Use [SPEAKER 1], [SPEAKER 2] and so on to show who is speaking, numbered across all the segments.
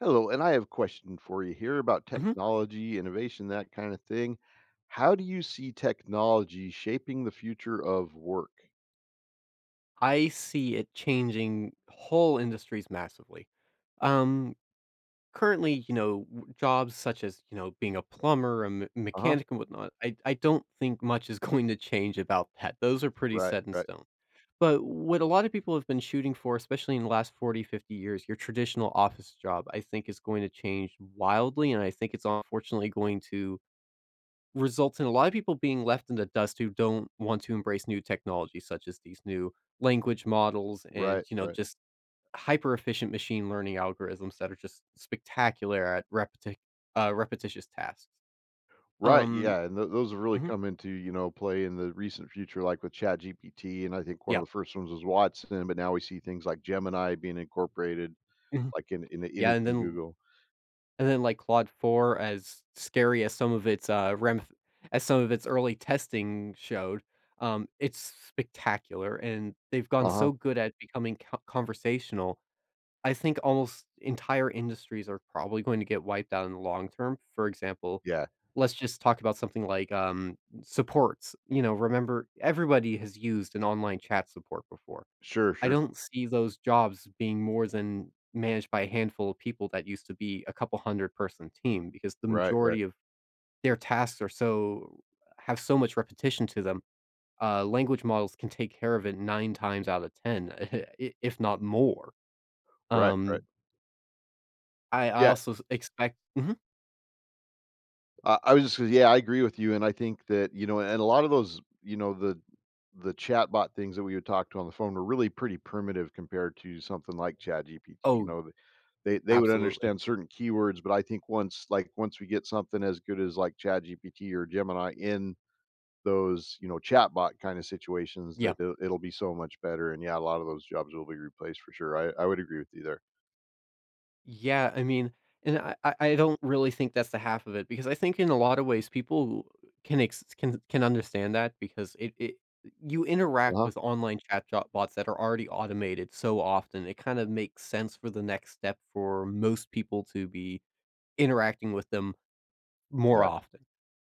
[SPEAKER 1] Hello, and I have a question for you here about
[SPEAKER 2] Mhm.
[SPEAKER 1] technology, innovation, that kind of thing. How do you see technology shaping the future of work?
[SPEAKER 2] I see it changing whole industries massively. Um, currently, you know, w jobs such as, you know, being a plumber, a me
[SPEAKER 1] Uh huh.
[SPEAKER 2] mechanic, and whatnot, I don't think much is going to change about that. Those are pretty
[SPEAKER 1] Right,
[SPEAKER 2] set in
[SPEAKER 1] right,
[SPEAKER 2] stone. But what a lot of people have been shooting for, especially in the last 40, 50 years, your traditional office job, I think is going to change wildly, and I think it's unfortunately going to results in a lot of people being left in the dust who don't want to embrace new technology such as these new language models and,
[SPEAKER 1] right,
[SPEAKER 2] you know,
[SPEAKER 1] right,
[SPEAKER 2] just hyper efficient machine learning algorithms that are just spectacular at repetitious tasks.
[SPEAKER 1] right.
[SPEAKER 2] Um,
[SPEAKER 1] Yeah, and those have really
[SPEAKER 2] mhm,
[SPEAKER 1] come into play in the recent future, like with Chat GPT, and I think one
[SPEAKER 2] yeah,
[SPEAKER 1] of the first ones was Watson, but now we see things like Gemini being incorporated,
[SPEAKER 2] mhm,
[SPEAKER 1] like in
[SPEAKER 2] yeah, and
[SPEAKER 1] anything
[SPEAKER 2] then
[SPEAKER 1] Google.
[SPEAKER 2] like Claude 4. As scary as some of its as some of its early testing showed, it's spectacular, and they've gone
[SPEAKER 1] Uh huh.
[SPEAKER 2] so good at becoming conversational. I think almost entire industries are probably going to get wiped out in the long term. For example,
[SPEAKER 1] Yeah.
[SPEAKER 2] let's just talk about something like, supports. You know, remember, everybody has used an online chat support before.
[SPEAKER 1] Sure.
[SPEAKER 2] I
[SPEAKER 1] Sure.
[SPEAKER 2] don't see those jobs being more than managed by a handful of people that used to be a couple 100-person team because the
[SPEAKER 1] Right. Right.
[SPEAKER 2] majority of their tasks are so have so much repetition to them. Language models can take care of it 9 times out of 10, I if not more.
[SPEAKER 1] Right.
[SPEAKER 2] Um I
[SPEAKER 1] Yeah.
[SPEAKER 2] also s expect. Mhm.
[SPEAKER 1] I was just gonna I agree with you, and I think that, and a lot of those, you know, the chatbot things that we would talk to on the phone were really pretty primitive compared to something like ChatGPT, you
[SPEAKER 2] Oh,
[SPEAKER 1] know, th they would
[SPEAKER 2] absolutely.
[SPEAKER 1] understand certain keywords, but I think once like, once we get something as good as, like, ChatGPT or Gemini in those, you know, chatbot kinda situations
[SPEAKER 2] Yeah.
[SPEAKER 1] that it'll be so much better, and yeah, a lot of those jobs will be replaced for sure. I would agree with you there.
[SPEAKER 2] Yeah, I mean, and I don't really think that's the half of it, because I think in a lot of ways people can ex can understand that, because it you interact
[SPEAKER 1] Uh-huh.
[SPEAKER 2] with online chat jo bots that are already automated so often, it kind of makes sense for the next step for most people to be interacting with them more
[SPEAKER 1] Yeah.
[SPEAKER 2] often.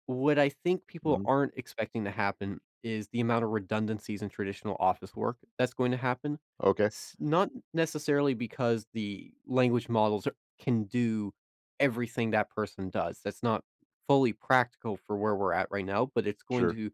[SPEAKER 2] What I think people
[SPEAKER 1] Mhm.
[SPEAKER 2] aren't expecting to happen is the amount of redundancies in traditional office work that's going to happen.
[SPEAKER 1] Okay.
[SPEAKER 2] S Not necessarily because the language models are can do everything that person does. That's not fully practical for where we're at right now, but it's going
[SPEAKER 1] Sure.
[SPEAKER 2] to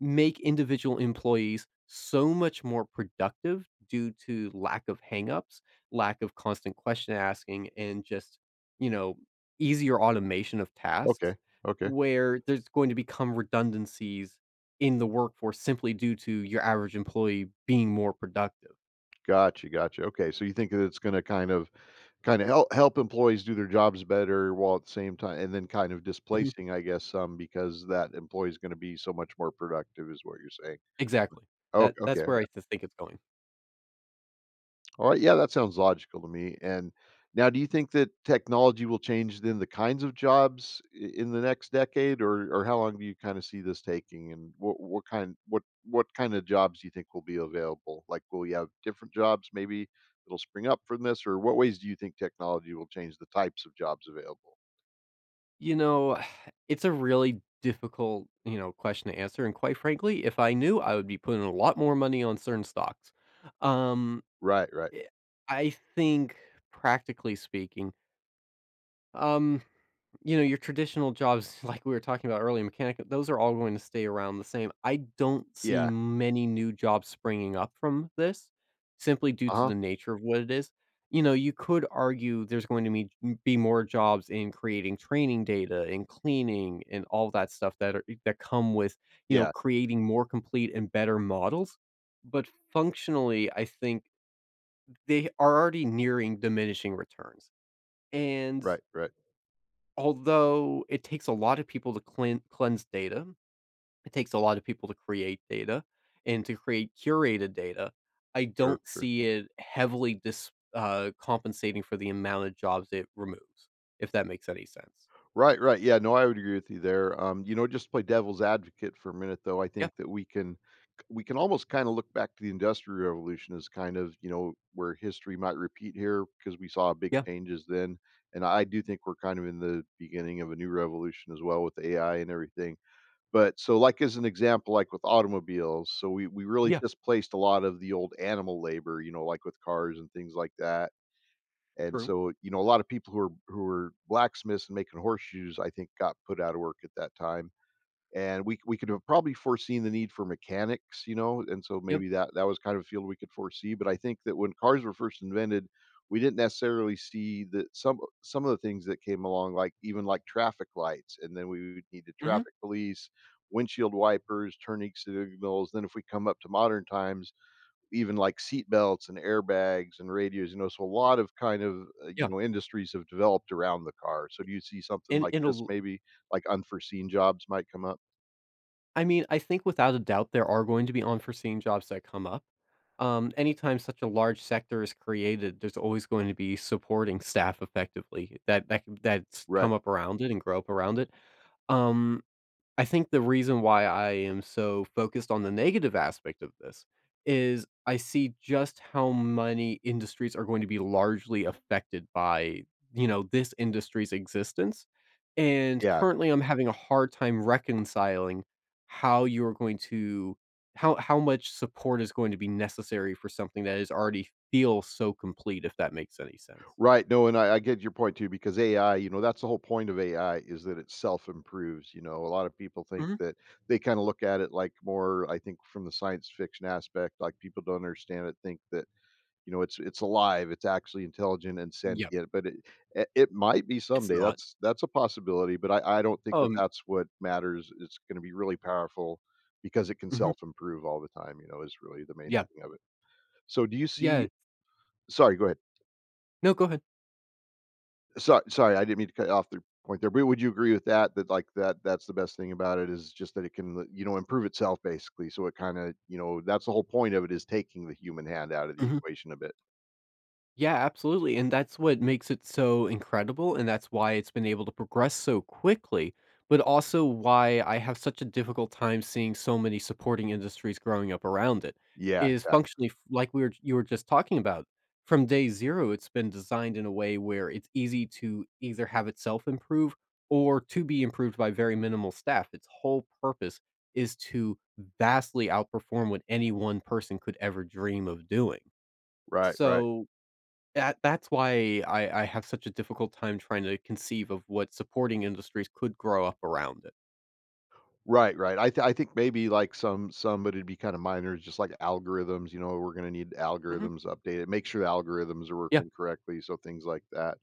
[SPEAKER 2] make individual employees so much more productive due to lack of hangups, lack of constant question asking, and just, you know, easier automation of tasks
[SPEAKER 1] Okay. Okay.
[SPEAKER 2] where there's going to become redundancies in the workforce simply due to your average employee being more productive.
[SPEAKER 1] Gotcha, gotcha. Okay, so you think that it's gonna kinda help employees do their jobs better while at the same time and then kind of
[SPEAKER 2] Mhm.
[SPEAKER 1] displacing, I guess, some because that employee is gonna be so much more productive is what you're saying.
[SPEAKER 2] Exactly.
[SPEAKER 1] Oh,
[SPEAKER 2] That
[SPEAKER 1] okay.
[SPEAKER 2] that's where I th think it's going.
[SPEAKER 1] All right, yeah, that sounds logical to me. And now, do you think that technology will change then the kinds of jobs in the next decade, or how long do you kind of see this taking? And what kind of jobs do you think will be available? Like, will we have different jobs maybe that'll spring up from this, or what ways do you think technology will change the types of jobs available?
[SPEAKER 2] You know, it's a really difficult, you know, question to answer, and quite frankly, if I knew, I would be putting a lot more money on certain stocks. Um,
[SPEAKER 1] Right, right,
[SPEAKER 2] eh, I think practically speaking, um, you know, your traditional jobs, like we were talking about earlier, mechanic, those are all going to stay around the same. I don't see
[SPEAKER 1] yeah,
[SPEAKER 2] many new jobs springing up from this, simply due
[SPEAKER 1] uh
[SPEAKER 2] to
[SPEAKER 1] huh,
[SPEAKER 2] the nature of what it is. You know, you could argue there's going to be more jobs in creating training data and cleaning and all that stuff that come with, you know,
[SPEAKER 1] yeah,
[SPEAKER 2] creating more complete and better models. But functionally, I think they are already nearing diminishing returns. And
[SPEAKER 1] right, right,
[SPEAKER 2] Although it takes a lot of people to cleanse data, it takes a lot of people to create data and to create curated data, I
[SPEAKER 1] sure,
[SPEAKER 2] don't
[SPEAKER 1] sure.
[SPEAKER 2] see it heavily dis compensating for the amount of jobs it removes, if that makes any sense.
[SPEAKER 1] Right, right. Yeah, no, I would agree with you there. You know, just to play devil's advocate for a minute though, I
[SPEAKER 2] Yeah,
[SPEAKER 1] think that we can almost kind of look back to the industrial revolution as kind of, you know, where history might repeat here because we saw big
[SPEAKER 2] yeah,
[SPEAKER 1] changes then. And I do think we're kind of in the beginning of a new revolution as well with AI and everything. But so like as an example, like with automobiles, so we really
[SPEAKER 2] yeah,
[SPEAKER 1] displaced a lot of the old animal labor, you know, like with cars and things like that and
[SPEAKER 2] true.
[SPEAKER 1] so, you know, a lot of people who were blacksmiths and making horseshoes, I think, got put out of work at that time. And we could have probably foreseen the need for mechanics, you know, and so
[SPEAKER 2] Yep,
[SPEAKER 1] maybe that was kind of a field we could foresee. But I think that when cars were first invented, we didn't necessarily see that some of the things that came along, like even like traffic lights, and then we would need the
[SPEAKER 2] mhm,
[SPEAKER 1] traffic police, windshield wipers, turning signals. Then if we come up to modern times, even like seat belts and airbags and radios, you know, so a lot of kind of, you
[SPEAKER 2] yeah.
[SPEAKER 1] know, industries have developed around the car. So do you see something
[SPEAKER 2] and
[SPEAKER 1] like this
[SPEAKER 2] it'll
[SPEAKER 1] maybe, like unforeseen jobs might come up?
[SPEAKER 2] I mean, I think without a doubt, there are going to be unforeseen jobs that come up. Anytime such a large sector is created, there's always going to be supporting staff effectively that's
[SPEAKER 1] Right.
[SPEAKER 2] come up around it and grow up around it. Um, I think the reason why I am so focused on the negative aspect of this is I see just how many industries are going to be largely affected by, you know, this industry's existence. And
[SPEAKER 1] Yeah.
[SPEAKER 2] currently I'm having a hard time reconciling how you're going to how much support is going to be necessary for something that is already feels so complete, if that makes any sense.
[SPEAKER 1] Right. No, and I get your point too, because AI, you know, that's the whole point of AI is that it self improves. You know, a lot of people think
[SPEAKER 2] Mhm.
[SPEAKER 1] that they kind of look at it like more, I think, from the science fiction aspect, like people don't understand it, think that you know, it's alive, it's actually intelligent and
[SPEAKER 2] Yep.
[SPEAKER 1] sentient, but it might be
[SPEAKER 2] It's
[SPEAKER 1] someday,
[SPEAKER 2] not.
[SPEAKER 1] that's a possibility, but I don't think that
[SPEAKER 2] Um,
[SPEAKER 1] that's what matters, it's gonna be really powerful because it can
[SPEAKER 2] mhm.
[SPEAKER 1] self-improve all the time, you know, is really the main
[SPEAKER 2] Yeah.
[SPEAKER 1] thing of it. So do you
[SPEAKER 2] Yeah.
[SPEAKER 1] see sorry, go ahead.
[SPEAKER 2] No, go ahead.
[SPEAKER 1] Sorry, I didn't mean to cut you off the point there, but would you agree with that, that, like, that's the best thing about it is just that it can, you know, improve itself basically, so it kinda you know, that's the whole point of it is taking the human hand out of the
[SPEAKER 2] Mhm.
[SPEAKER 1] equation a bit.
[SPEAKER 2] Yeah, absolutely. And that's what makes it so incredible. And that's why it's been able to progress so quickly, but also why I have such a difficult time seeing so many supporting industries growing up around it
[SPEAKER 1] Yeah,
[SPEAKER 2] is
[SPEAKER 1] yeah.
[SPEAKER 2] functionally like we were you were just talking about. From day zero, it's been designed in a way where it's easy to either have itself improve or to be improved by very minimal staff. Its whole purpose is to vastly outperform what any one person could ever dream of doing.
[SPEAKER 1] Right, right.
[SPEAKER 2] So that's why I have such a difficult time trying to conceive of what supporting industries could grow up around it.
[SPEAKER 1] Right, right. I think maybe like some, but it'd be kind of minor, just like algorithms. You know, we're going to need
[SPEAKER 2] Mhm.
[SPEAKER 1] algorithms updated. Make sure the algorithms are
[SPEAKER 2] Yeah.
[SPEAKER 1] working correctly, so things like that.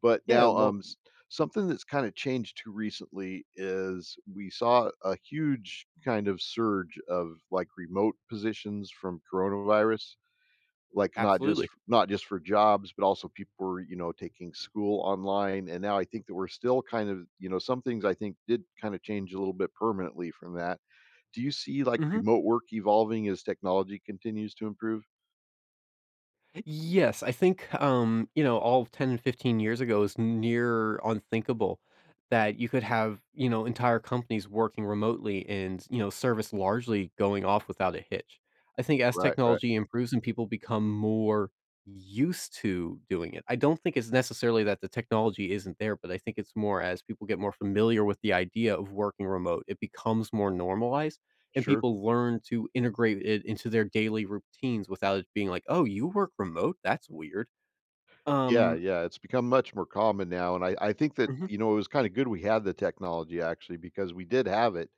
[SPEAKER 1] But
[SPEAKER 2] Yeah,
[SPEAKER 1] now,
[SPEAKER 2] well,
[SPEAKER 1] something that's kind of changed too recently is we saw a huge kind of surge of like remote positions from coronavirus. Like,
[SPEAKER 2] absolutely.
[SPEAKER 1] not just for jobs, but also people were, you know, taking school online, and now I think that we're still kind of you know, some things I think did kinda change a little bit permanently from that. Do you see, like,
[SPEAKER 2] Mhm.
[SPEAKER 1] remote work evolving as technology continues to improve?
[SPEAKER 2] Yes, I think, you know, all of 10 and 15 years ago is near unthinkable that you could have, you know, entire companies working remotely and, you know, service largely going off without a hitch. I think as
[SPEAKER 1] Right, right.
[SPEAKER 2] technology improves and people become more used to doing it, I don't think it's necessarily that the technology isn't there, but I think it's more as people get more familiar with the idea of working remote, it becomes more normalized and
[SPEAKER 1] Sure.
[SPEAKER 2] people learn to integrate it into their daily routines without it being like, "Oh, you work remote? That's weird."
[SPEAKER 1] Yeah,
[SPEAKER 2] Um
[SPEAKER 1] yeah, it's become much more common now, and I think that,
[SPEAKER 2] Mhm,
[SPEAKER 1] you know, it was kinda good we had the technology actually because we did have it,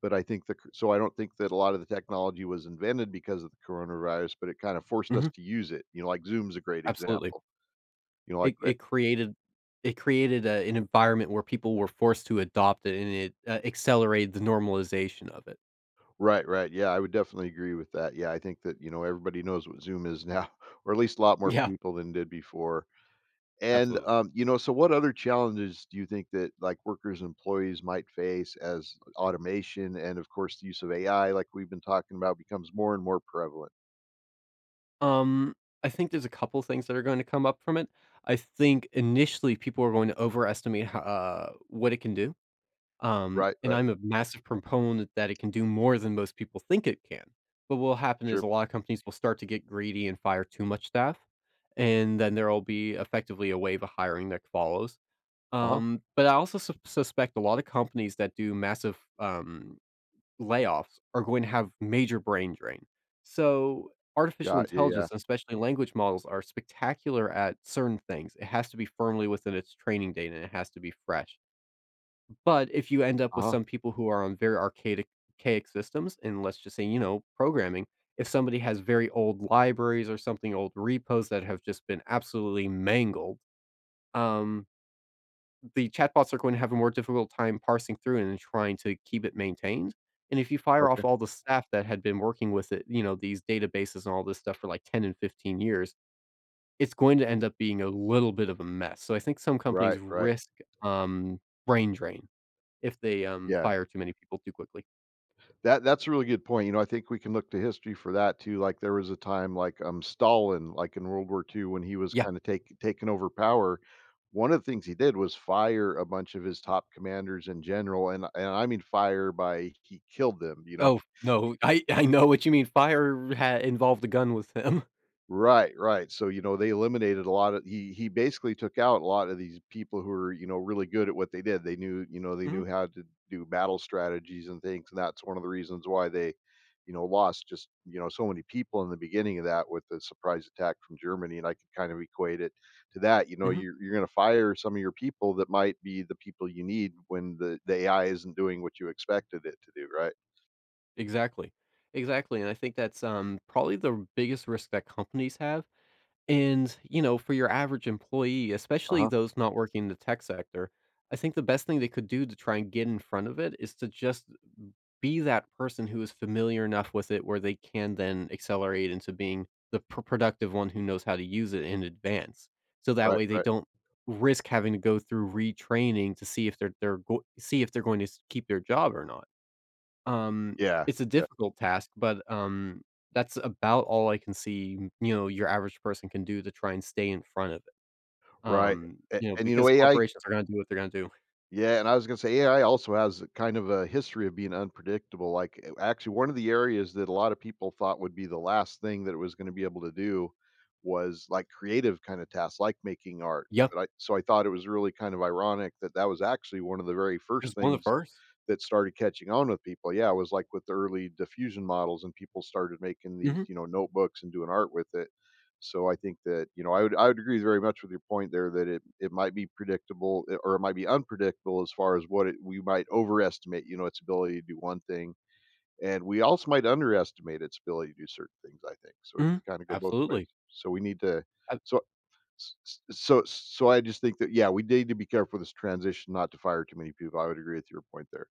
[SPEAKER 1] but I think the c so I don't think that a lot of the technology was invented because of the coronavirus, but it kinda forced us
[SPEAKER 2] mhm,
[SPEAKER 1] to use it, you know, like Zoom's a great
[SPEAKER 2] absolutely.
[SPEAKER 1] example. You know, like
[SPEAKER 2] It
[SPEAKER 1] ri
[SPEAKER 2] it created a an environment where people were forced to adopt it, and it, accelerated the normalization of it.
[SPEAKER 1] Right, right, yeah, I would definitely agree with that, yeah, I think that, you know, everybody knows what Zoom is now, or at least a lot more
[SPEAKER 2] Yeah,
[SPEAKER 1] people than did before, and,
[SPEAKER 2] absolutely.
[SPEAKER 1] you know, so what other challenges do you think that, like, workers and employees might face as automation and, of course, the use of AI, like we've been talking about, becomes more and more prevalent?
[SPEAKER 2] Um, I think there's a couple things that are going to come up from it. I think initially people are going to overestimate ho what it can do. Um,
[SPEAKER 1] Right,
[SPEAKER 2] and
[SPEAKER 1] right,
[SPEAKER 2] I'm a massive proponent that it can do more than most people think it can. But what'll happen is
[SPEAKER 1] sure,
[SPEAKER 2] a lot of companies will start to get greedy and fire too much staff, and then there'll be effectively a wave of hiring that follows.
[SPEAKER 1] uh-huh,
[SPEAKER 2] But I also suspect a lot of companies that do massive, layoffs are going to have major brain drain. So, artificial
[SPEAKER 1] got you, yeah,
[SPEAKER 2] intelligence, and especially language models, are spectacular at certain things. It has to be firmly within its training data, and it has to be fresh. But if you end up with
[SPEAKER 1] uh-huh,
[SPEAKER 2] some people who are on very archaic systems, and let's just say, you know, programming, if somebody has very old libraries or something, old repos that have just been absolutely mangled, um, the chatbots are going to have a more difficult time parsing through and trying to keep it maintained. And if you fire
[SPEAKER 1] okay,
[SPEAKER 2] off all the staff that had been working with it, you know, these databases and all this stuff for like 10 and 15 years, it's going to end up being a little bit of a mess. So I think some companies
[SPEAKER 1] right, right,
[SPEAKER 2] risk, um, brain drain if they,
[SPEAKER 1] yeah.
[SPEAKER 2] fire too many people too quickly.
[SPEAKER 1] That that's a really good point, you know, I think we can look to history for that too, like, there was a time, like, Stalin, like, in World War II when he was
[SPEAKER 2] Yeah.
[SPEAKER 1] kinda take taking over power, one of the things he did was fire a bunch of his top commanders in general, and I mean fire by he killed them, you know?
[SPEAKER 2] Oh, no. I know what you mean. Fire had involved a gun with him.
[SPEAKER 1] Right, right. So, you know, they eliminated a lot of he basically took out a lot of these people who were, you know, really good at what they did. They knew, you know, they
[SPEAKER 2] Mhm,
[SPEAKER 1] knew how to do battle strategies and things, and that's one of the reasons why they, you know, lost just, you know, so many people in the beginning of that with the surprise attack from Germany. And I could kind of equate it to that. You know,
[SPEAKER 2] mhm.
[SPEAKER 1] you're gonna fire some of your people that might be the people you need when the AI isn't doing what you expected it to do, right?
[SPEAKER 2] Exactly. Exactly, and I think that's, probably the biggest risk that companies have, and, you know, for your average employee, especially
[SPEAKER 1] Uh-huh.
[SPEAKER 2] those not working in the tech sector, I think the best thing they could do to try and get in front of it is to just be that person who is familiar enough with it where they can then accelerate into being the productive one who knows how to use it in advance. So that
[SPEAKER 1] Right,
[SPEAKER 2] way they
[SPEAKER 1] right.
[SPEAKER 2] don't risk having to go through retraining to see if they're going to keep their job or not. Um,
[SPEAKER 1] Yeah,
[SPEAKER 2] it's a
[SPEAKER 1] yeah.
[SPEAKER 2] difficult task, but that's about all I can see. You know, your average person can do to try and stay in front of it.
[SPEAKER 1] Right.
[SPEAKER 2] Um, you know,
[SPEAKER 1] And, you know,
[SPEAKER 2] because
[SPEAKER 1] AI
[SPEAKER 2] corporations are going to do what they're going to do.
[SPEAKER 1] Yeah, and I was gonna say AI also has kind of a history of being unpredictable. Like actually one of the areas that a lot of people thought would be the last thing that it was gonna be able to do was like creative kind of tasks, like making art.
[SPEAKER 2] Yep,
[SPEAKER 1] But I so I thought it was really kind of ironic that that was actually one of the very
[SPEAKER 2] is
[SPEAKER 1] first
[SPEAKER 2] one of the
[SPEAKER 1] things
[SPEAKER 2] 1st.
[SPEAKER 1] that started catching on with people. Yeah, it was like with the early diffusion models and people started making these,
[SPEAKER 2] Mm-hmm.
[SPEAKER 1] you know, notebooks and doing art with it. So I think that, you know, I would agree very much with your point there that it might be predictable or it might be unpredictable as far as we might overestimate, you know, its ability to do one thing. And we also might underestimate its ability to do certain things, I think. So it
[SPEAKER 2] Hmm.
[SPEAKER 1] could kind of go both ways.
[SPEAKER 2] Absolutely.
[SPEAKER 1] So we need to so so I just think that yeah, we need to be careful with this transition not to fire too many people. I would agree with your point there.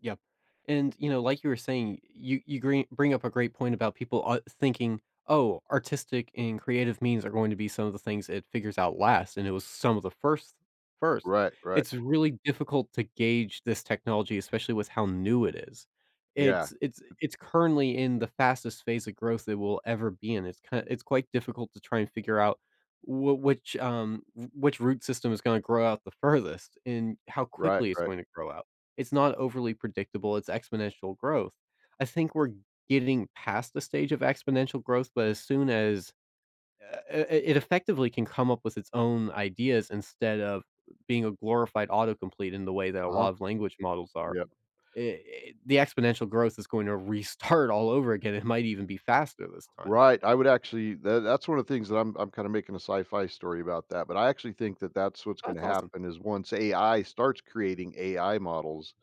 [SPEAKER 2] Yep. And, you know, like you were saying, you green bring up a great point about people, thinking, "Oh, artistic and creative means are going to be some of the things it figures out last," and it was some of the first.
[SPEAKER 1] Right, right.
[SPEAKER 2] It's really difficult to gauge this technology, especially with how new it is.
[SPEAKER 1] Yeah.
[SPEAKER 2] It's currently in the fastest phase of growth it will ever be in. It's quite difficult to try and figure out wh which root system is gonna grow out the furthest and how
[SPEAKER 1] Right,
[SPEAKER 2] quickly it's
[SPEAKER 1] right.
[SPEAKER 2] going to grow out. It's not overly predictable, it's exponential growth. I think we're getting past the stage of exponential growth, but as soon as I it effectively can come up with its own ideas instead of being a glorified autocomplete in the way that a lot
[SPEAKER 1] Uh-huh.
[SPEAKER 2] of language models are,
[SPEAKER 1] Yeah.
[SPEAKER 2] I I the exponential growth is going to restart all over again. It might even be faster this time.
[SPEAKER 1] Right, I would actually that's one of the things that I'm kinda making a sci-fi story about that, but I actually think that that's what's
[SPEAKER 2] Oh, that's
[SPEAKER 1] gonna
[SPEAKER 2] awesome.
[SPEAKER 1] happen is once AI starts creating AI models,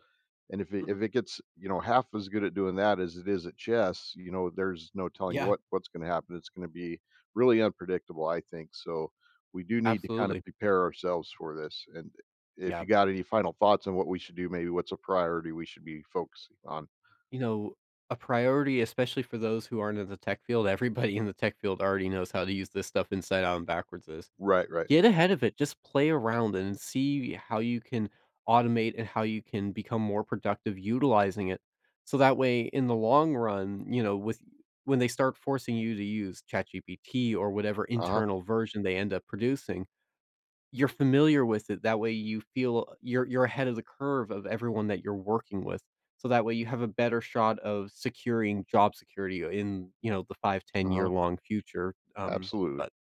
[SPEAKER 1] and
[SPEAKER 2] Mhm.
[SPEAKER 1] if it gets, you know, half as good at doing that as it is at chess, you know, there's no telling
[SPEAKER 2] Yeah,
[SPEAKER 1] what what's gonna happen. It's gonna be really unpredictable, I think, so we do need to kind
[SPEAKER 2] absolutely.
[SPEAKER 1] of prepare ourselves for this, and if
[SPEAKER 2] Yeah.
[SPEAKER 1] you got any final thoughts on what we should do, maybe what's a priority we should be focusing on?
[SPEAKER 2] You know, a priority, especially for those who aren't in the tech field, everybody in the tech field already knows how to use this stuff inside out and backwards, is:
[SPEAKER 1] Right, right.
[SPEAKER 2] get ahead of it, just play around and see how you can automate and how you can become more productive utilizing it. So that way in the long run, you know, with when they start forcing you to use ChatGPT or whatever
[SPEAKER 1] Uh-huh,
[SPEAKER 2] internal version they end up producing, you're familiar with it, that way you feel you're ahead of the curve of everyone that you're working with, so that way you have a better shot of securing job security in, you know, the 5 to 10 year
[SPEAKER 1] uh-huh,
[SPEAKER 2] long future,
[SPEAKER 1] absolutely.
[SPEAKER 2] but